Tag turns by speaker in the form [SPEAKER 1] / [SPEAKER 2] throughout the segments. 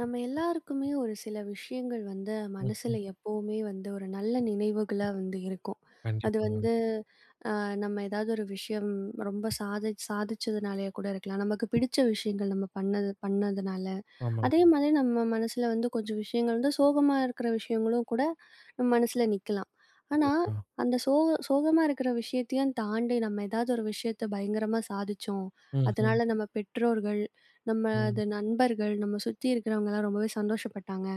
[SPEAKER 1] நம்ம எல்லாருக்குமே ஒரு சில விஷயங்கள் வந்து மனசுல
[SPEAKER 2] ம்ஹ்ம்.
[SPEAKER 1] எப்பவுமே வந்து ஒரு நல்ல நினைவுகளா வந்து இருக்கும். அது
[SPEAKER 2] கண்டிப்பாங்க.
[SPEAKER 1] வந்து நம்ம ஏதாவது ஒரு விஷயம் ரொம்ப சாதிச்சதுனாலயா கூட இருக்கலாம். நமக்கு பிடிச்ச விஷயங்கள் நம்ம பண்ணது பண்ணதுனால
[SPEAKER 2] ஆமாங்க.
[SPEAKER 1] அதே மாதிரி நம்ம மனசுல வந்து கொஞ்சம் விஷயங்கள் வந்து சோகமா இருக்கிற விஷயங்களும் கூட நம்ம மனசுல நிக்கலாம். ஆனா,
[SPEAKER 2] கண்டிப்பா.
[SPEAKER 1] அந்த சோகமா இருக்கிற விஷயத்தையும் தாண்டி நம்ம ஏதாவது ஒரு விஷயத்த பயங்கரமா சாதிச்சோம்.
[SPEAKER 2] ம்ஹ்ம்.
[SPEAKER 1] அதனால நம்ம பெற்றோர்கள்,
[SPEAKER 2] ம்.
[SPEAKER 1] நமது நண்பர்கள், நம்ம சுத்தி இருக்கிறவங்கலாம் ரொம்பவே சந்தோஷப்பட்டாங்க.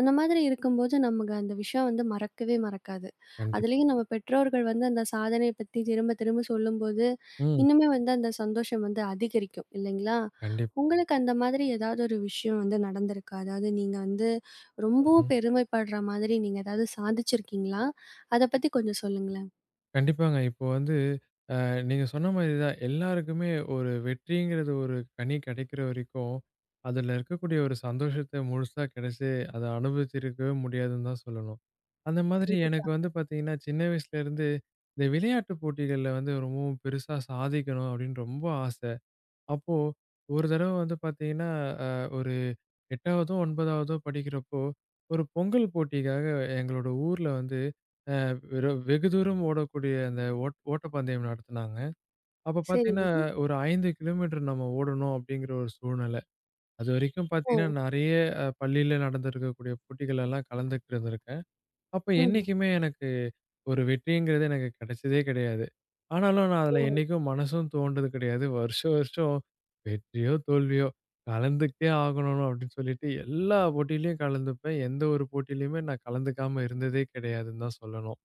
[SPEAKER 1] அந்த மாதிரி இருக்கும்போது நமக்கு அந்த விஷயம் வந்து மறக்கவே மறக்காது.
[SPEAKER 2] கண்டிப்பா.
[SPEAKER 1] அதுலயும் நம்ம பெற்றோர்கள் வந்து அந்த சாதனைய பத்தி திரும்ப திரும்ப சொல்லும்போது,
[SPEAKER 2] ம்.
[SPEAKER 1] இன்னுமே வந்து அந்த சந்தோஷம் வந்து அதிகரிக்கும் இல்லைங்களா?
[SPEAKER 2] கண்டிப்பா.
[SPEAKER 1] உங்களுக்கு அந்த மாதிரி ஏதாவது ஒரு விஷயம் வந்து நடந்திருக்கா? அதாவது நீங்க வந்து ரொம்பவும்
[SPEAKER 2] ம்.
[SPEAKER 1] பெருமைப்படுற மாதிரி நீங்க ஏதாவது சாதிச்சிருக்கீங்களா? அத பத்தி கொஞ்சம் சொல்லுங்களேன்.
[SPEAKER 2] கண்டிப்பாங்க. இப்போ வந்து அ நீங்க சொன்ன மாரி தான் எல்லாருக்குமே ஒரு வெற்றிங்கிறது ஒரு கனி கிடைக்கிற வரைக்கும், அதுல இருக்கக்கூடிய ஒரு சந்தோஷத்த முழுசா கிடைச்சு அத அனுபவிச்சிருக்கவே முடியாதுன்னு தான் சொல்லணும். அந்த மாதிரி எனக்கு வந்து பார்த்தீங்கன்னா, சின்ன வயசுல இருந்து இந்த விளையாட்டு போட்டிகள்ல வந்து ரொம்பவும் பெருசா சாதிக்கணும் அப்படின்னு ரொம்ப ஆசை. அப்போ, ஒரு தடவ வந்து பாத்தீங்கன்னா, அ ஒரு 8வதோ, 9வதோ படிக்கிறப்போ, ஒரு பொங்கல் போட்டிக்காக எங்களோட ஊர்ல வந்து வெகு தூரம் ஓடக்கூடிய அந்த ஓட்டப்பந்தயம் நடத்துனாங்க. அப்ப பாத்தீங்கன்னா,
[SPEAKER 1] சரிங்க.
[SPEAKER 2] ஒரு 5 கிலோமீட்டர் நம்ம ஓடணும் அப்படிங்கிற ஒரு சூழ்நிலை. அதுவரைக்கும்
[SPEAKER 1] ஓ!
[SPEAKER 2] பாத்தீங்கன்னா, நெறைய பள்ளியில நடந்திருக்கக்கூடிய போட்டிகள் எல்லாம் கலந்துட்டு இருந்திருக்கேன். அப்ப
[SPEAKER 1] ம்.
[SPEAKER 2] என்னைக்குமே எனக்கு ஒரு வெற்றிங்கிறது எனக்கு கிடைச்சதே கிடையாது. ஆனாலும் நான்
[SPEAKER 1] ஓ!
[SPEAKER 2] அதுல என்னைக்கும் மனசும் தோண்டுனது கிடையாது. வருஷம் வருஷம் வெற்றியோ, தோல்வியோ கலந்துக்கிட்டே ஆகணும் அப்படின்னு சொல்லிட்டு எல்லா போட்டியிலயும் கலந்துப்பேன். எந்த ஒரு போட்டியிலயுமே நான் கலந்துக்காம இருந்ததே கிடையாதுன்னு தான் சொல்லணும்.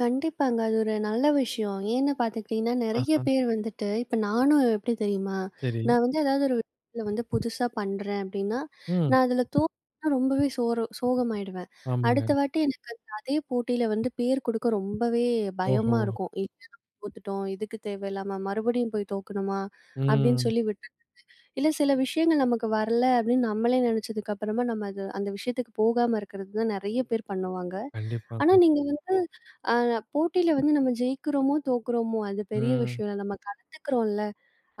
[SPEAKER 1] கண்டிப்பாங்க. அது ஒரு நல்ல விஷயம். ஏன்னு பார்த்துக்கிட்டீங்கன்னா, நெறைய
[SPEAKER 2] ஆஹா,
[SPEAKER 1] பேர் வந்துட்டு இப்ப நானும் எப்படி தெரியுமா?
[SPEAKER 2] சரி.
[SPEAKER 1] நான் வந்து ஏதாவது ஒரு விஷயத்துல வந்து புதுசா பண்றேன் அப்படின்னா,
[SPEAKER 2] ம்.
[SPEAKER 1] நான் அதுல தோத்தா ரொம்பவே சோகமாயிடுவேன்.
[SPEAKER 2] ஆமாங்க.
[SPEAKER 1] அடுத்த வாட்டி எனக்கு அந்த அதே போட்டியில வந்து பேர் குடுக்க ரொம்பவே
[SPEAKER 2] ஓஹோ!
[SPEAKER 1] பயமா இருக்கும். "இல்ல நம்ம தோத்துட்டோம். இதுக்கு தேவையில்லாம மறுபடியும் போய் தோக்கணுமா?" அப்படின்னு
[SPEAKER 2] ம்.
[SPEAKER 1] சொல்லி விட் இல்ல சில விஷயங்கள் நமக்கு வரல அப்படின்னு நம்மளே நினைச்சதுக்கு அப்புறமா நம்ம அது அந்த விஷயத்துக்கு போகாம இருக்கிறது தான் நிறைய பேர் பண்ணுவாங்க. ஆனா
[SPEAKER 2] கண்டிப்பாங்க.
[SPEAKER 1] நீங்க வந்து அ போட்டியில வந்து நம்ம ஜெயிக்கிறோமோ, தோக்குறோமோ அது பெரிய
[SPEAKER 2] ம்.
[SPEAKER 1] விஷயம் இல்ல. நம்ம கலந்துக்கிறோம்ல,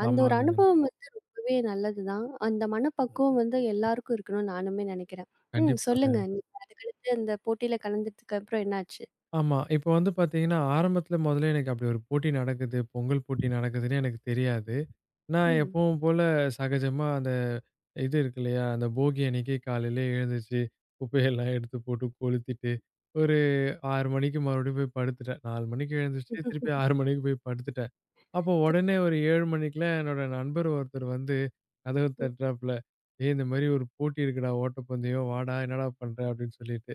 [SPEAKER 1] அந்த ஒரு
[SPEAKER 2] ஆமாங்க.
[SPEAKER 1] அனுபவம் ரொம்பவே நல்லதுதான். அந்த மனப்பக்குவம் வந்து எல்லாருக்கும் இருக்கணும்னு நானுமே நினைக்கிறேன். ம். சொல்லுங்க.
[SPEAKER 2] கண்டிப்பாங்க.
[SPEAKER 1] நீங்க அதுக்கடுத்து அந்த போட்டியில கலந்ததுக்கு அப்புறம் என்னாச்சு?
[SPEAKER 2] ஆமா. இப்ப வந்து பாத்தீங்கன்னா, ஆரம்பத்துல முதல்ல எனக்கு அப்படி ஒரு போட்டி நடக்குது, பொங்கல் போட்டி நடக்குதுன்னு எனக்கு தெரியாது. நான்
[SPEAKER 1] ம்.
[SPEAKER 2] எப்பவும் போல சகஜமா அந்த இது இருக்கு இல்லையா? அந்த போகி அன்னைக்கு காலையிலே எழுந்துச்சு, குப்பையெல்லாம் எடுத்து போட்டு கொளுத்திட்டு, ஒரு 6 மணிக்கு மறுபடியும் போய் படுத்துட்டேன். 4 மணிக்கு எழுந்துருச்சு, திருப்பி 6 மணிக்கு போய் படுத்துட்டேன். அப்போ உடனே ஒரு 7 மணிக்கெல்லாம் என்னோட நண்பர் ஒருத்தர் வந்து கதவு
[SPEAKER 1] ம்.
[SPEAKER 2] தட்டுறாப்புல, "ஏய் இந்த மாரி ஒரு போட்டி இருக்குடா ஓட்டப்பந்தயம். வாடா என்னடா பண்ற?" அப்படின்னு சொல்லிட்டு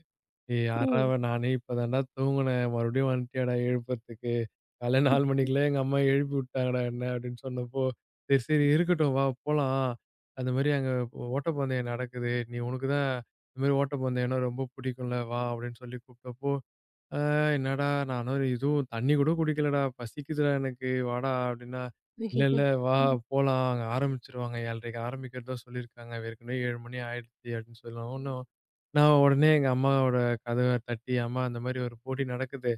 [SPEAKER 2] ஏய் யார்றா அவ?
[SPEAKER 1] ம்.
[SPEAKER 2] நானே இப்ப தான்டா தூங்குனேன். மறுபடியும் வந்துட்டியாடா எழுப்புறதுக்கு. காலைல 4 மணிக்கெல்லாம் எங்க அம்மா எழுப்பி விட்டாங்கடா என்ன அப்படின்னு சொன்னப்போ, சரி, சரி இருக்கட்டும் வா போலாம். அந்த மாரி அங்க ஓட்டப்பந்தயம் நடக்குது. நீ உனக்கு தான் இந்த மாரி ஓட்டப்பந்தயம்னா ரொம்ப பிடிக்கும்ல வா அப்படின்னு சொல்லி கூப்பிட்டப்போ, ஆ என்னடா! நானும் இதுவும் தண்ணி கூட குடிக்கலடா. பசிக்குதுடா எனக்கு வாடா! அப்டின்னா, இல்ல
[SPEAKER 1] ஐயய்யோ!
[SPEAKER 2] இல்ல வா
[SPEAKER 1] ம்.
[SPEAKER 2] போலாம் அங்க ஆரம்பிச்சுருவாங்க 7:30க்கு ஆரம்பிக்கிறதா சொல்லியிருக்காங்க. ஏற்கனவே 7 மணி ஆயிடுச்சு அப்டின்னு சொல்லவும், ஒன்றும் நான் உடனே எங்க அம்மாவோட கதவ தட்டி, அம்மா அந்த மாரி ஒரு போட்டி நடக்குது.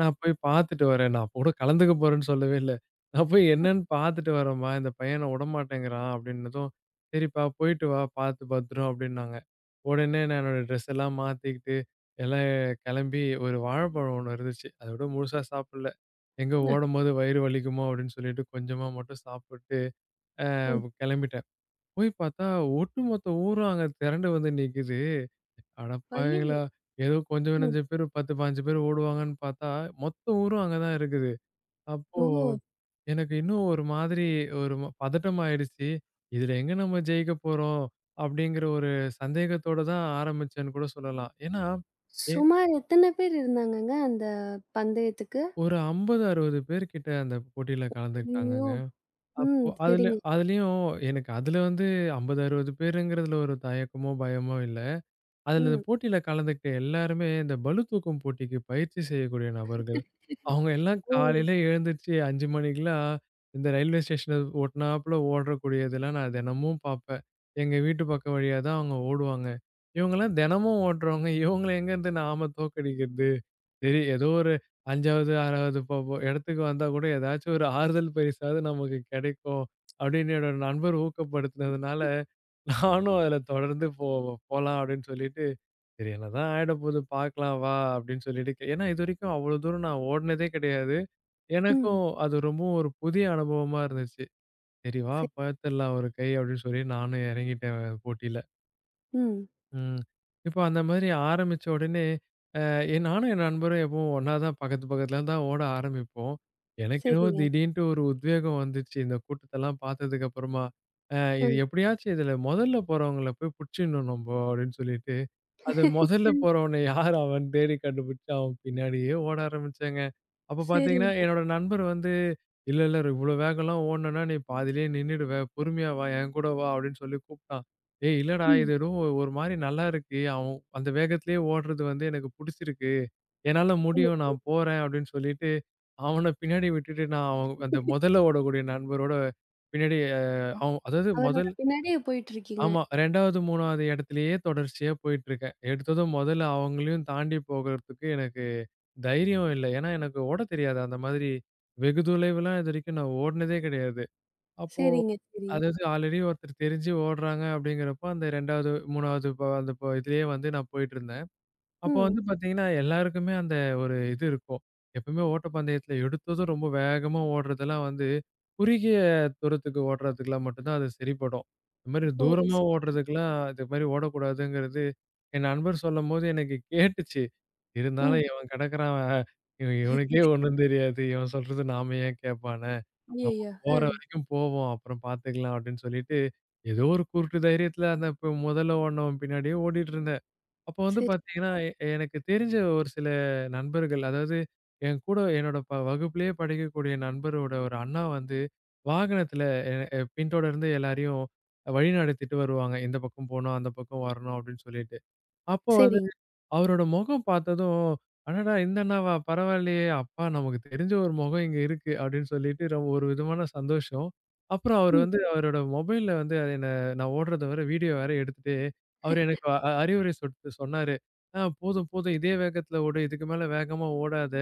[SPEAKER 2] நான் போய் பார்த்துட்டு வரேன். நான் கூட கலந்துக்க போறேன்னு சொல்லவே இல்ல. நான் போய் என்னன்னு பார்த்துட்டு வரேன்மா, இந்த பையன் என்ன உடமாட்டேங்கிறான் அப்டின்னதும், சரிப்பா போயிட்டு வா பார்த்து பத்திரம் அப்டின்னாங்க. உடனே நான் என்னோட ட்ரெஸ் எல்லாம் மாத்திக்கிட்டு, எல்லா கிளம்பி ஒரு வாழைப்பழம் ஒண்ணு இருந்துச்சு. அத விட முழுசா சாப்பிடல. எங்க
[SPEAKER 1] அ
[SPEAKER 2] ஓடும்போது வயிறு வலிக்குமோ அப்படின்னு சொல்லிட்டு கொஞ்சமா மட்டும் சாப்பிட்டு
[SPEAKER 1] ம்.
[SPEAKER 2] கிளம்பிட்டேன். போய் பார்த்தா ஒட்டுமொத்த ஊரும் அங்க திரண்டு வந்து நிக்குது. அட
[SPEAKER 1] ஐயய்யோ!
[SPEAKER 2] பாவிங்களா! ஏதோ கொஞ்சம்
[SPEAKER 1] ம்.
[SPEAKER 2] நெஞ்ச பேர் 10, 15 பேர் ஓடுவாங்கன்னு பார்த்தா மொத்த ஊரும் அங்க தான் இருக்குது. அப்போ
[SPEAKER 1] ஓ!
[SPEAKER 2] எனக்கு இன்னும் ஒரு மாதிரி ஒரு பதட்டம் ஆயிடுச்சு. இதுல எங்க நம்ம ஜெயிக்க போறோம்? அப்படிங்கிற ஒரு சந்தேகத்தோட தான் ஆரம்பிச்சேன்னு கூட சொல்லலாம். ஏன்னா
[SPEAKER 1] சுமார் எத்தன பேர் இருந்தாங்கங்க அந்த பந்தயத்துக்கு?
[SPEAKER 2] ஒரு 50, 60 பேர் கிட்ட அந்த போட்டியில
[SPEAKER 1] ஐயய்யோ!
[SPEAKER 2] கலந்துக்கிட்டாங்கங்க.
[SPEAKER 1] ம்.
[SPEAKER 2] அப்போ அதுல
[SPEAKER 1] சரிங்க.
[SPEAKER 2] எனக்கு அதுல வந்து 50, 60 பேருங்கிறதுல ஒரு தயக்கமோ, பயமோ இல்ல. அதுல இந்த
[SPEAKER 1] ம்.
[SPEAKER 2] போட்டியில கலந்துக்கிட்ட எல்லாருமே இந்த பளு தூக்கும் போட்டிக்கு பயிற்சி செய்யக்கூடிய நபர்கள். அவங்க எல்லாம்
[SPEAKER 1] ஓ!
[SPEAKER 2] காலையில எழுந்துச்சு 5 மணிக்கெல்லாம் இந்த ரயில்வே ஸ்டேஷன ஒட்டுனாப்புல ஓடக்கூடியதெல்லாம் நான் தினமும் பார்ப்பேன். எங்க வீட்டு பக்கம் வழியா தான் அவங்க ஓடுவாங்க. இவங்கலாம் தினமும் ஓடுறவங்க. இவங்கள எங்கேருந்து நாம தோற்கடிக்கிறது? சரி ஏதோ ஒரு 5வது, 6வது போ போ இடத்துக்கு வந்தா கூட ஏதாச்சும் ஒரு ஆறுதல் பரிசாவது நமக்கு கிடைக்கும். அப்படின்னு என்னோட நண்பர் ஊக்கப்படுத்தினதுனால நானும் அதுல தொடர்ந்து போலாம் அப்படின்னு சொல்லிட்டு சரி என்னதான் ஆயிடப்போது பார்க்கலாம் வா! அப்படின்னு சொல்லிட்டு ஏன்னா இதுவரைக்கும் அவ்வளோ தூரம் நான் ஓடுனதே கிடையாது.
[SPEAKER 1] ம்.
[SPEAKER 2] எனக்கும் அது ரொம்பவும் ஒரு புதிய அனுபவமா இருந்துச்சு. சரி வா!
[SPEAKER 1] சரி.
[SPEAKER 2] பார்த்துடலாம் ஒரு கை அப்படின்னு சொல்லி நானும் இறங்கிட்டேன் போட்டியில.
[SPEAKER 1] ம்.
[SPEAKER 2] ம். இப்போ அந்த மாதிரி ஆரம்பிச்ச உடனே அ நானும் என் நண்பரும் எப்பவும் ஒண்ணா தான் பக்கத்து பக்கத்துல தான் ஓட ஆரம்பிப்போம். எனக்கு என்னவோ
[SPEAKER 1] சரிங்க.
[SPEAKER 2] திடீர்ன்ட்டு ஒரு உத்வேகம் வந்துச்சு. இந்த கூட்டத்தெல்லாம் பார்த்ததுக்கு அப்புறமா, அ இது
[SPEAKER 1] ம்.
[SPEAKER 2] எப்படியாச்சும் இதுல முதல்ல போறவங்கள போய் புடிச்சிடணும் நம்ப அப்படின்னு சொல்லிட்டு அது முதல்ல
[SPEAKER 1] ம்.
[SPEAKER 2] போறவன யார் அவன் தேடி கண்டுபிடிச்சு அவன் பின்னாடியே ஓட ஆரம்பிச்சாங்க. அப்ப பார்த்தீங்கன்னா,
[SPEAKER 1] சரிங்க.
[SPEAKER 2] என்னோட நண்பர் வந்து, "இல்ல, இல்ல இவ்ளோ வேகம்லாம் ஓடுனன்னா நீ பாதியிலேயே நின்னுடுவ. பொறுமையா வா, என் கூட வா" அப்படின்னு சொல்லி கூப்பிட்டான். "ஏய் இல்லடா,
[SPEAKER 1] ம்.
[SPEAKER 2] இது ஏதோ ஒரு மாரி நல்லா இருக்கு. அவன் அந்த வேகத்திலேயே ஓடுறது வந்து எனக்கு புடிச்சிருக்கு. என்னால முடியும்.
[SPEAKER 1] ம்.
[SPEAKER 2] நான் போறேன்" அப்படின்னு சொல்லிட்டு, அவன பின்னாடி விட்டுட்டு நான் அவன் அந்த முதல்ல ஓடக்கூடிய நண்பரோட பின்னாடி அவன் அதாவது
[SPEAKER 1] அவரோட
[SPEAKER 2] முதல்
[SPEAKER 1] பின்னாடியே போயிட்டுருக்கீங்க.
[SPEAKER 2] ஆமா. 2வது, 3வது இடத்திலேயே தொடர்ச்சியா போயிட்டுருக்கேன். எடுத்ததும் முதல்ல அவங்களையும் தாண்டி போகறதுக்கு எனக்கு தைரியம் இல்ல. ஏன்னா, எனக்கு ஓடத் தெரியாது. அந்த மாதிரி வெகு தொலைவுலாம் இதுவரைக்கும் நான் ஓடுனதே கிடையாது. அப்போ
[SPEAKER 1] சரிங்க, சரி.
[SPEAKER 2] அதாவது ஆல்ரெடி ஒருத்தர் தெரிஞ்சு ஓடுறாங்க அப்படிங்கிறப்போ, அந்த 2வது, 3வது அந்த இதுலயே வந்து நான் போயிட்டுருந்தேன். அப்போ
[SPEAKER 1] ம்.
[SPEAKER 2] வந்து பார்த்தீங்கன்னா, எல்லாருக்குமே அந்த ஒரு இது இருக்கும். எப்பவுமே ஓட்டப்பந்தயத்தில எடுத்ததும் ரொம்ப வேகமா ஓடுறதெல்லாம் வந்து, குறுகிய தூரத்துக்கு ஓடுறதுக்குலாம் மட்டும் தான் அது சரிப்படும். இந்த மாரி
[SPEAKER 1] ஓ! ஸ்
[SPEAKER 2] தூரமா ஓடுறதுக்குலாம் இது மாரி ஓடக்கூடாதுங்கிறது, என் நண்பர் சொல்லும்போது எனக்கு கேட்டுச்சு.
[SPEAKER 1] ம்.
[SPEAKER 2] இருந்தாலும் இவன் கிடக்குறான் இவனுக்கே ஒண்ணும் தெரியாது. இவன் சொல்றது நாம ஏன் கேட்பானே? நம்ம
[SPEAKER 1] ஐயய்யோ! ஆ.
[SPEAKER 2] போற வரைக்கும் போவோம். அப்புறம் பார்த்துக்கலாம் அப்படின்னு சொல்லிட்டு, ஏதோ ஒரு குருட்டு தைரியத்தில அந்த இப்ப முதல்ல ஓடுனவன் பின்னாடியே ஓடிட்டு இருந்தேன். அப்போ வந்து
[SPEAKER 1] சரி.
[SPEAKER 2] பார்த்தீங்கன்னா, எனக்கு தெரிஞ்ச ஒரு சில நண்பர்கள், அதாவது என் கூட என்னோட வகுப்பிலேயே படிக்கக்கூடிய நண்பரோட ஒரு அண்ணா வந்து, வாகனத்தில எ எ பின்தொடர்ந்து எல்லாரையும் வழிநடத்திட்டு வருவாங்க. இந்த பக்கம் போணும், அந்த பக்கம் வரணும் அப்படின்னு சொல்லிட்டு. அப்போ
[SPEAKER 1] சரிங்க.
[SPEAKER 2] அவரோட முகம் பார்த்ததும், "அடடா! இந்த அண்ணாவா? பரவாயில்லையே! அப்பா நமக்கு தெரிஞ்ச ஒரு முகம் இங்க இருக்கு." அப்படின்னு சொல்லிட்டு ஒரு விதமான சந்தோஷம். அப்புறம் அவரு
[SPEAKER 1] ம்.
[SPEAKER 2] வந்து அவரோட மொபைல்ல வந்து அது என்ன நான் ஓடுறத வேற வீடியோ வேற எடுத்துட்டு, அவரு எனக்கு அ அ- அறிவுரை சொன்னாரு. போதும், போதும் இதே வேகத்துல ஓடு. இதுக்கு மேல வேகமா ஓடாத.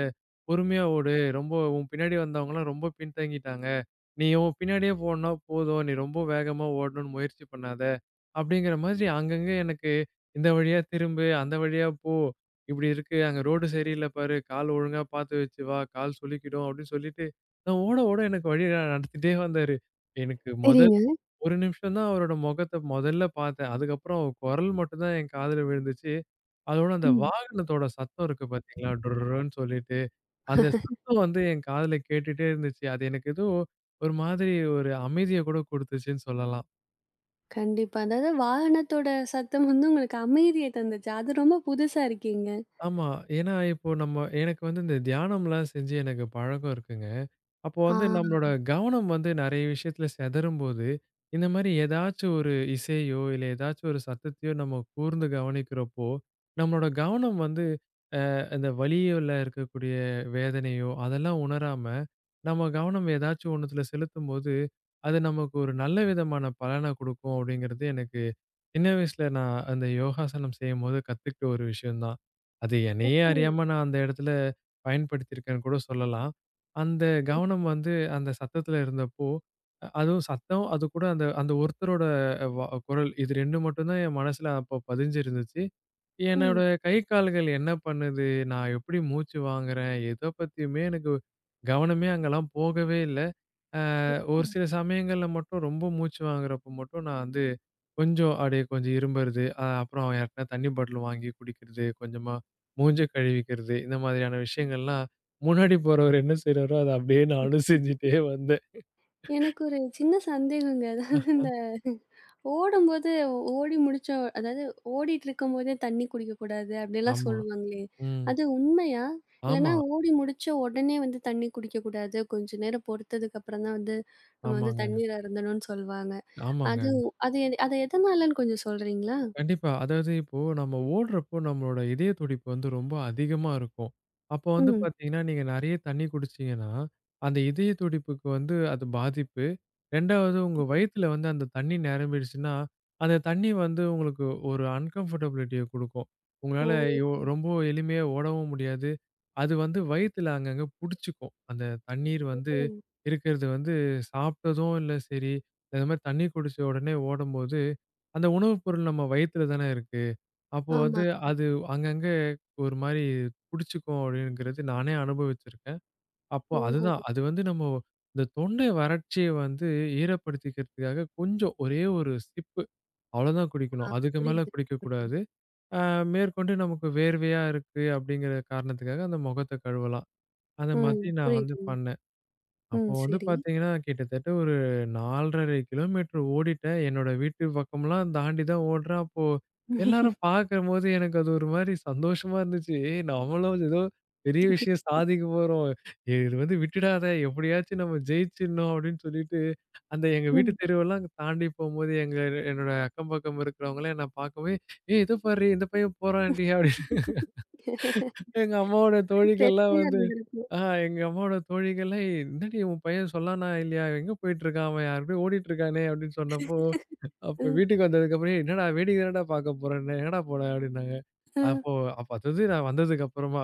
[SPEAKER 2] பொறுமையா ஓடு. ரொம்ப உன் பின்னாடி வந்தவங்கலாம் ரொம்ப பின்தங்கிட்டாங்க. நீ உன் பின்னாடியே போனா போதும். நீ ரொம்ப வேகமா ஓடணும்னு முயற்சி பண்ணாத. அப்படிங்கிற மாதிரி அங்கங்க எனக்கு இந்த வழியா திரும்பு, அந்த வழியா போ. இப்படி இருக்கு. அங்க ரோடு சரியில்ல பாரு. கால் ஒழுங்கா பார்த்து வச்சு வா. கால் சொலிக்கிடும் அப்படின்னு சொல்லிட்டு, நான் ஓட ஓட எனக்கு வழி நடத்திட்டே வந்தாரு. எனக்கு முதல்
[SPEAKER 1] சரிங்க.
[SPEAKER 2] ஒரு நிமிஷம் தான் அவரோட முகத்த முதல்ல பார்த்தேன். அதுக்கப்புறம் அவர் குரல் மட்டும் தான் என் காதுல விழுந்துச்சு. அதோட அந்த
[SPEAKER 1] ம்.
[SPEAKER 2] வாகனத்தோட சத்தம் இருக்கு பார்த்தீங்களா? டுர்ருன்னு சொல்லிட்டு, அந்த சத்தம் வந்து என் காதுல கேட்டுட்டே இருந்துச்சு. அது எனக்கு ஏதோ ஒரு மாதிரி ஒரு அமைதிய கூட குடுத்துச்சுன்னு சொல்லலாம்.
[SPEAKER 1] கண்டிப்பா. அதாவது வாகனத்தோட சத்தம் வந்து உங்களுக்கு அமைதிய தந்துச்சு. அது ரொம்ப புதுசா இருக்கீங்க.
[SPEAKER 2] ஆமா. ஏன்னா, இப்போ எனக்கு வந்து இந்த தியானம்லாம் செஞ்சு எனக்கு பழக்கம் இருக்குங்க. அப்போ வந்து
[SPEAKER 1] ஆ.
[SPEAKER 2] நம்மளோட கவனம் வந்து நெறைய விஷயத்துல சிதறும்போது, இந்த மாரி ஏதாச்சும் ஒரு இசையோ, இல்ல ஏதாச்சும் ஒரு சத்தத்தையோ நம்ம கூர்ந்து கவனிக்கிறப்போ, நம்மளோட கவனம் வந்து அந்த வலியில இருக்கக்கூடிய வேதனையோ, அதெல்லாம் உணராம, நம்ம கவனம் ஏதாச்சும் ஒண்ணுத்துல செலுத்தும்போது, அது நமக்கு ஒரு நல்ல விதமான பலன குடுக்கும் அப்படிங்கிறது எனக்கு சின்ன வயசுல நான் அந்த யோகாசனம் செய்யும்போது கத்துக்கிட்ட ஒரு விஷயம் தான். அது
[SPEAKER 1] ஓ!
[SPEAKER 2] என்னையே அறியாம நான் அந்த இடத்துல பயன்படுத்தியிருக்கேன்னு கூட சொல்லலாம். அந்த கவனம் வந்து அந்த சத்தத்துல இருந்தப்போ, அதுவும் சத்தம், அது கூட அந்த அந்த ஒருத்தரோட வ குரல் இது 2 மட்டும் தான் என் மனசுல அப்போ பதிஞ்சிருந்துச்சு. என்னோட
[SPEAKER 1] ம்.
[SPEAKER 2] கை, கால்கள் என்ன பண்ணுது? நான் எப்படி மூச்சு வாங்குறேன்? எத பத்தியுமே எனக்கு கவனமே அங்கலாம் போகவே இல்ல. ஒரு சில சமயங்கள்ல மட்டும் ரொம்ப மூச்சு வாங்குறப்போ மட்டும் நான் வந்து கொஞ்சம் அப்படியே கொஞ்சம் இரும்புறது, அப்புறம் யார்ட்டனா தண்ணி பாட்டில் வாங்கி குடிக்கிறது, கொஞ்சமா மூஞ்ச கழுவிக்கிறது, இந்த மாதிரியான விஷயங்கள்லாம் முன்னாடி போறவரு என்ன செய்றாரோ, அத அப்படியே நானும் செஞ்சுட்டே வந்தேன்.
[SPEAKER 1] எனக்கு ஒரு சின்ன சந்தேகங்க. அதாவது இந்த ஓடும்போது ஓடி முடிச்ச அதாவது ஓடிட்டுருக்கும்போதே தண்ணி குடிக்கக்கூடாது அப்படிலாம்
[SPEAKER 2] ஆமா.
[SPEAKER 1] சொல்லுவாங்களே!
[SPEAKER 2] ம்.
[SPEAKER 1] அது உண்மையா? இல்லன்னா
[SPEAKER 2] ஆமா.
[SPEAKER 1] ஓடி முடிச்ச உடனே வந்து தண்ணி குடிக்கக்கூடாது. கொஞ்ச நேரம் பொறுத்ததுக்கு அப்புறம் தான் வந்து நம்ம வந்து
[SPEAKER 2] ஆமாங்க.
[SPEAKER 1] தண்ணீர் அருந்தணும்னு சொல்வாங்க.
[SPEAKER 2] ஆமாங்க.
[SPEAKER 1] அது அது எ- அது எதனாலன்னு கொஞ்சம் சொல்றீங்களா?
[SPEAKER 2] கண்டிப்பா. அதாவது இப்போ நம்ம ஓடுறப்போ நம்மளோட இதய துடிப்பு வந்து ரொம்ப அதிகமா இருக்கும். அப்போ வந்து
[SPEAKER 1] ம்.
[SPEAKER 2] பார்த்தீங்கன்னா, நீங்க நெறைய தண்ணீ குடிச்சீங்கன்னா, அந்த இதய துடிப்புக்கு வந்து அது பாதிப்பு. 2வது உங்க வயித்துல வந்து அந்த தண்ணீ நிரம்பிடுச்சுன்னா, அந்த தண்ணீ வந்து உங்களுக்கு ஒரு அன்கம்ஃபர்டபிலிட்டிய குடுக்கும். உங்களால
[SPEAKER 1] ஓஹோ!
[SPEAKER 2] ரொம்ப எளிமையா ஓடவும் முடியாது. அது வந்து வயித்துல அங்கங்க புடிச்சுக்கும். அந்த தண்ணீர் வந்து இருக்கிறது வந்து சாப்பிட்டதும் இல்ல சரி, இந்த மாரி தண்ணீ குடிச்ச உடனே ஓடும்போது அந்த உணவு பொருள் நம்ம வயித்துல தானே இருக்கு. அப்போ வந்து
[SPEAKER 1] ஆமா.
[SPEAKER 2] அது அங்கங்க ஒரு மாரி புடிச்சுக்கும் அப்படிங்கிறது நானே அனுபவிச்சிருக்கேன். அப்போ
[SPEAKER 1] ஓஹோ!
[SPEAKER 2] அதுதான். அது வந்து நம்ம இந்த தொண்டை வறட்சிய வந்து ஈரப்படுத்திக்கிறதுக்காக கொஞ்சம் ஒரே ஒரு சிப்பு அவ்வளோதான் குடிக்கணும். அதுக்கு மேல
[SPEAKER 1] புரியுது,
[SPEAKER 2] குடிக்கக்கூடாது.
[SPEAKER 1] புரியுது.
[SPEAKER 2] அ மேற்கொண்டு நமக்கு வேர்வையா இருக்கு அப்படிங்கிற காரணத்துக்காக அந்த முகத்த கழுவலாம். அந்த
[SPEAKER 1] ம்.
[SPEAKER 2] மாதிரி நான் வந்து
[SPEAKER 1] புரியுதுங்க.
[SPEAKER 2] பண்ணேன். அப்போ
[SPEAKER 1] ம்.
[SPEAKER 2] வந்து
[SPEAKER 1] சரி.
[SPEAKER 2] பார்த்தீங்கன்னா, கிட்டத்தட்ட ஒரு 4 1/2 கிலோமீட்டர் ஓடிட்டேன். என்னோட வீட்டு பக்கம்லாம் தாண்டி தான் ஓடுறேன். அப்போ எல்லாரும் பார்க்கும்போது எனக்கு அது ஒரு மாரி சந்தோஷமா இருந்துச்சு. "ஏய் நம்மளும் ஏதோ பெரிய விஷயம் சாதிக்க போறோம். ஏய், இது வந்து விட்டுடாத எப்படியாச்சும் நம்ம ஜெயிச்சிடணும்" அப்படின்னு சொல்லிட்டு, அந்த எங்க வீட்டு
[SPEAKER 1] ம்.
[SPEAKER 2] தெருவெல்லாம் தாண்டி போம்போது, என்னோட அக்கம் பக்கம் இருக்கிறவங்கலாம் என்ன பார்க்கவே, "ஏய் இதோ பார்ரி இந்த பையன் போறான்டி" எங்க அம்மாவோட தோழிகள்லாம்
[SPEAKER 1] பெருமையா
[SPEAKER 2] வந்து,
[SPEAKER 1] இருந்திருக்கும்.
[SPEAKER 2] ஆ எங்க அம்மாவோட தோழிகள்லாம், "ஏய் என்னடி உன் பையன் சொல்லானா இல்லையா? எங்க போயிட்டுருக்கான்? அவன் யார்கூடயோ ஓடிட்டுருக்கானே!" அப்படின்னு சொன்னப்போ, அப்ப வீட்டுக்கு வந்ததுக்கப்புறம், "என்னடா வேடிக்கை தானடா பாக்க போறேன்னேன். எங்கடா போன?" அப்படின்னாங்க.
[SPEAKER 1] அ,
[SPEAKER 2] அப்போ அப்ப அதாவது நான் வந்ததுக்கப்புறமா,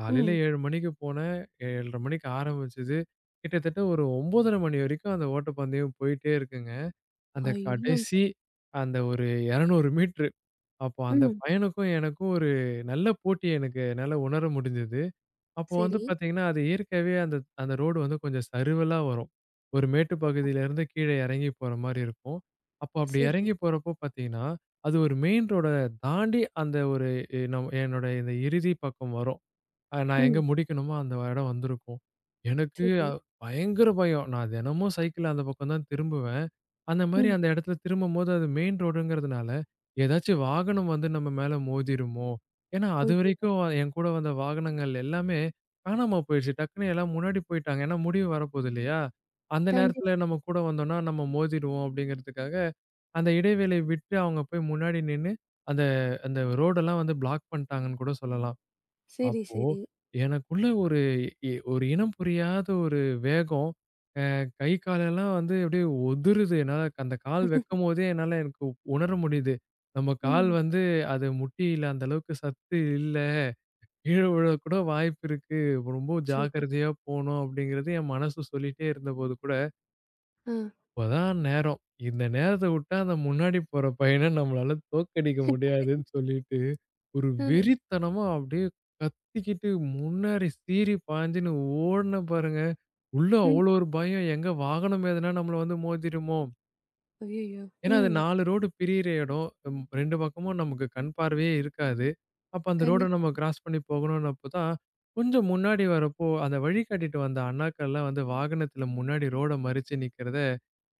[SPEAKER 2] காலையில
[SPEAKER 1] ம்.
[SPEAKER 2] 7 மணிக்கு போனேன். 7:30 மணிக்கு ஆரம்பிச்சது. கிட்டத்தட்ட ஒரு 9:30 மணி வரைக்கும் அந்த ஓட்டப்பந்தயம் போயிட்டே இருக்குங்க. அந்த
[SPEAKER 1] ஐயோ!
[SPEAKER 2] கடைசி அந்த ஒரு 200 மீட்டரு. அப்போ அந்த
[SPEAKER 1] ம்.
[SPEAKER 2] பையனுக்கும் எனக்கும் ஒரு நல்ல போட்டி எனக்கு என்னால உணர முடிஞ்சது. அப்போ வந்து
[SPEAKER 1] சரி.
[SPEAKER 2] பார்த்தீங்கன்னா, அது இயற்கையாவே அந்த அந்த ரோடு வந்து கொஞ்சம் சறுவலா வரும். ஒரு மேட்டு
[SPEAKER 1] ஒ
[SPEAKER 2] பகுதியிலேருந்து கீழ எறங்கி போற மாரி இருக்கும். அப்போ அப்படி
[SPEAKER 1] சரி.
[SPEAKER 2] எறங்கி போறப்போ பார்த்தீங்கன்னா, அது ஒரு மெயின் ரோட தாண்டி அந்த ஒரு எ நம் என்னோட இந்த இறுதி பக்கம் வரும். நான் எங்க
[SPEAKER 1] ம்.
[SPEAKER 2] முடிக்கணுமோ அந்த இடம் வந்திருக்கும். எனக்கு
[SPEAKER 1] சரி.
[SPEAKER 2] பயங்கர பயம். நான் தினமும் சைக்கிள்ல அந்த பக்கம் தான் திரும்புவேன். அந்த மாரி
[SPEAKER 1] ம்.
[SPEAKER 2] அந்த இடத்துல திரும்பும்போது அது மெயின் ரோடுங்கிறதுனால, ஏதாச்சும் வாகனம் வந்து நம்ம மேல மோதிருமோ? ஏன்னா,
[SPEAKER 1] ஐயோ!
[SPEAKER 2] அதுவரைக்கும் என் கூட வந்த வாகனங்கள் எல்லாமே காணாம போயிடுச்சு. டக்குன்னு எல்லாம் முன்னாடி போயிட்டாங்க. ஏன்னா முடிவு வரப்போகுது இல்லையா? அந்த
[SPEAKER 1] கண்டி
[SPEAKER 2] நேரத்துல நம்ம கூட வந்தோம்னா நம்ம மோதிருவோம் அப்படிங்கிறதுக்காக, அந்த இடைவேளை விட்டு அவங்க போய் முன்னாடி நின்னு, அந்த அந்த ரோடெல்லாம் வந்து பிளாக் பண்ணிட்டாங்கன்னு கூட சொல்லலாம்.
[SPEAKER 1] சரி,
[SPEAKER 2] அப்போ
[SPEAKER 1] சரி.
[SPEAKER 2] எனக்குள்ள ஒரு ஒரு இனம் புரியாத ஒரு வேகம். கை காலெல்லாம் வந்து அப்படியே உதிருது. என்னால அந்த கால் வைக்கும்போதே என்னால எனக்கு உணர முடியுது. நம்ம கால்
[SPEAKER 1] ம்.
[SPEAKER 2] வந்து அது முட்டியில அந்த அளவுக்கு சத்து இல்ல. கீழ விழக்கூட வாய்ப்பு இருக்கு. ரொம்ப
[SPEAKER 1] அச்சோ!
[SPEAKER 2] ஜாக்கிரதையா போணும் அப்படிங்கிறது என் மனசு சொல்லிட்டே இருந்தபோது கூட,
[SPEAKER 1] அ,
[SPEAKER 2] இப்பதான் நேரம். இந்த நேரத்த விட்டா அந்த முன்னாடி போற பையன நம்மளால தோற்கடிக்க முடியாதுன்னு சொல்லிட்டு, ஒரு
[SPEAKER 1] அ,
[SPEAKER 2] வெறித்தனமா அப்படியே கத்திக்கிட்டு முன்னாடி சீறி பாய்ஞ்சுன்னு ஓடுனேன் பாருங்க. உள்ள
[SPEAKER 1] ம்.
[SPEAKER 2] அவ்வளோ ஒரு பயம். எங்க வாகனம் எதுனா நம்மள வந்து மோதிருமோ?
[SPEAKER 1] ஐயய்யோ!
[SPEAKER 2] ஏன்னா, அது
[SPEAKER 1] ம்.
[SPEAKER 2] 4 ரோடு பிரியிற இடம். 2 பக்கமும் நமக்கு கண் பார்வையே இருக்காது. அப்ப அந்த ரோட
[SPEAKER 1] கண்டிப்பா
[SPEAKER 2] நம்ம கிராஸ் பண்ணி போகணும்னப்போ தான், கொஞ்சம் முன்னாடி வரப்போ, அந்த வழிகாட்டிட்டு வந்த அண்ணாக்கள்லாம் வந்து வாகனத்துல முன்னாடி ரோட மறிச்சு நிக்கிறத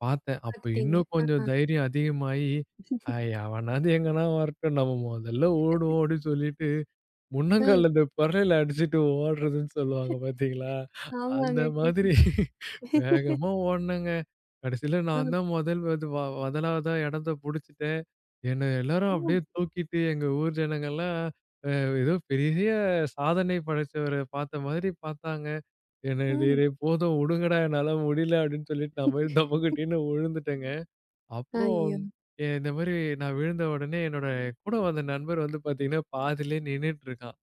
[SPEAKER 2] பார்த்தேன். அப்ப
[SPEAKER 1] பாத்துட்டீங்க.
[SPEAKER 2] இன்னும் கொஞ்சம் தைரியம் அதிகமாயி, "ஐ அவனாவது எங்கனா வரட்டும். நம்ம மொதல்ல ஓடுவோம்" அப்படின்னு சொல்லிட்டு
[SPEAKER 1] அ,
[SPEAKER 2] முன்னங்கால்ல இந்த பறையில அடிச்சுட்டு ஓடுறதுன்னு சொல்லுவாங்க பார்த்தீங்களா? அந்த
[SPEAKER 1] ஆமாங்க.
[SPEAKER 2] மாதிரி
[SPEAKER 1] கேட்டேன்.
[SPEAKER 2] வேகமா ஓடுனேங்க. கடைசியில
[SPEAKER 1] அ,
[SPEAKER 2] நான் தான் முதல் அது வ முதலாவதா இடத்த புடிச்சுட்டேன். என்ன எல்லாரும்
[SPEAKER 1] ஓ!
[SPEAKER 2] அப்படியே தூக்கிட்டு எங்க ஊர் ஜனங்கள்லாம் அ ஏதோ பெரிய சாதனை படைச்சவர பார்த்த மாதிரி பார்த்தாங்க. என்ன "டேய்
[SPEAKER 1] ம்.
[SPEAKER 2] டேய் போதும் உடுங்கடா என்னால முடியல" அப்படின்னு சொல்லிட்டு நான் போய் தபக்குட்டின்னு விழுந்துட்டேங்க. அப்புறம்
[SPEAKER 1] ஐயோ!
[SPEAKER 2] இந்த மாரி நான் விழுந்த உடனே என்னோட கூட வந்த நண்பர் வந்து பார்த்தீங்கன்னா, பாதியிலேயே நின்னுட்டு இருக்கான்.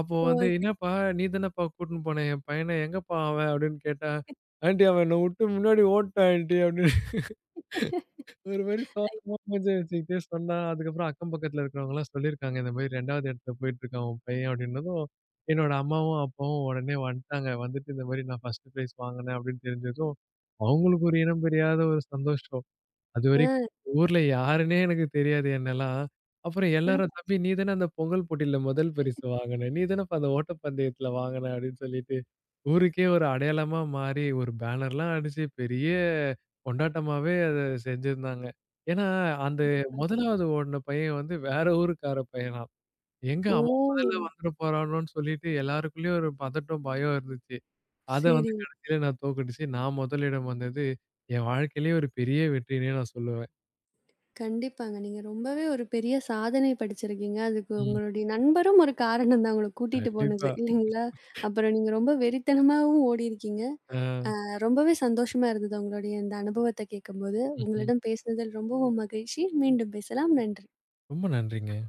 [SPEAKER 2] அப்போ
[SPEAKER 1] ஓ!
[SPEAKER 2] வந்து "என்னப்பா நீ தானப்பா கூட்டின்னு போன என் பையன, எங்கப்பா அவன்?" அப்படின்னு கேட்டா, "ஆன்ட்டி அவன் என்ன விட்டு முன்னாடி ஓடிட்டான் ஆன்ட்டி" அப்படின்னு ஒரு மாரி சோகமா மூஞ்சிய வச்சுக்கிட்டே சொன்னா. அதுக்கப்புறம் அக்கம் பக்கத்தில இருக்கிறவங்கலாம் சொல்லியிருக்காங்க, "இந்த மாரி 2வது இடத்துல போயிட்டுருக்கான் உன் பையன்" அப்படின்னதும், என்னோட அம்மாவும், அப்பாவும் உடனே வந்துட்டாங்க. வந்துட்டு இந்த மாரி நான் 1st பிரைஸ் வாங்கினேன் அப்படின்னு தெரிஞ்சதும், அவங்களுக்கு ஒரு இனம் புரியாத ஒரு சந்தோஷம். அதுவரைக்கும்
[SPEAKER 1] அ,
[SPEAKER 2] ஊர்ல யாருன்னே எனக்கு தெரியாது என்னல்லாம். அப்புறம் எல்லாரும்
[SPEAKER 1] அ,
[SPEAKER 2] "தம்பி நீ தானே அந்த பொங்கல் போட்டியில முதல் பரிசு வாங்குன. நீ தானப்பா அந்த ஓட்டப்பந்தயத்துல வாங்குன" அப்படின்னு சொல்லிட்டு, ஊருக்கே ஒரு அடையாளமா மாறி ஒரு பேனர்லாம் அடிச்சு பெரிய கொண்டாட்டமாவே அத செஞ்சிருந்தாங்க. ஏன்னா, அந்த முதலாவது ஓடுன பையன் வந்து வேற ஊருக்கார பையனாம். எங்க
[SPEAKER 1] ஓ!
[SPEAKER 2] அவன் முதல்ல வந்துட போறானோன்னு சொல்லிட்டு எல்லாருக்குள்ளயும் ஒரு பதட்டம், பயம் இருந்துச்சு. அத வந்து
[SPEAKER 1] சரி.
[SPEAKER 2] கடைசியில நான் தோக்கடிச்சு நான் முதலிடம் வந்தது, என் வாழ்க்கையிலேயே ஒரு பெரிய வெற்றின்னே நான் சொல்லுவேன்.
[SPEAKER 1] கண்டிப்பாங்க. நீங்க ரொம்பவே ஒரு பெரிய சாதனை படிச்சிருக்கீங்க. அதுக்கு
[SPEAKER 2] ம்.
[SPEAKER 1] உங்களுடைய நண்பரும் ஒரு காரணம் தான் உங்கள கூட்டிட்டு போனது.
[SPEAKER 2] கண்டிப்பா.
[SPEAKER 1] இல்லைங்களா? அப்புறம் நீங்க ரொம்ப வெறித்தனமாவும் ஓடியிருக்கீங்க.
[SPEAKER 2] ஆ.
[SPEAKER 1] ரொம்பவே சந்தோஷமா இருந்தது உங்களுடைய இந்த அனுபவத்த கேட்கும்போது.
[SPEAKER 2] ம்ஹ்ம்.
[SPEAKER 1] உங்களிடம் பேசினதில் ரொம்பவும் மகிழ்ச்சி. மீண்டும் பேசலாம். நன்றி.
[SPEAKER 2] ரொம்ப நன்றிங்க.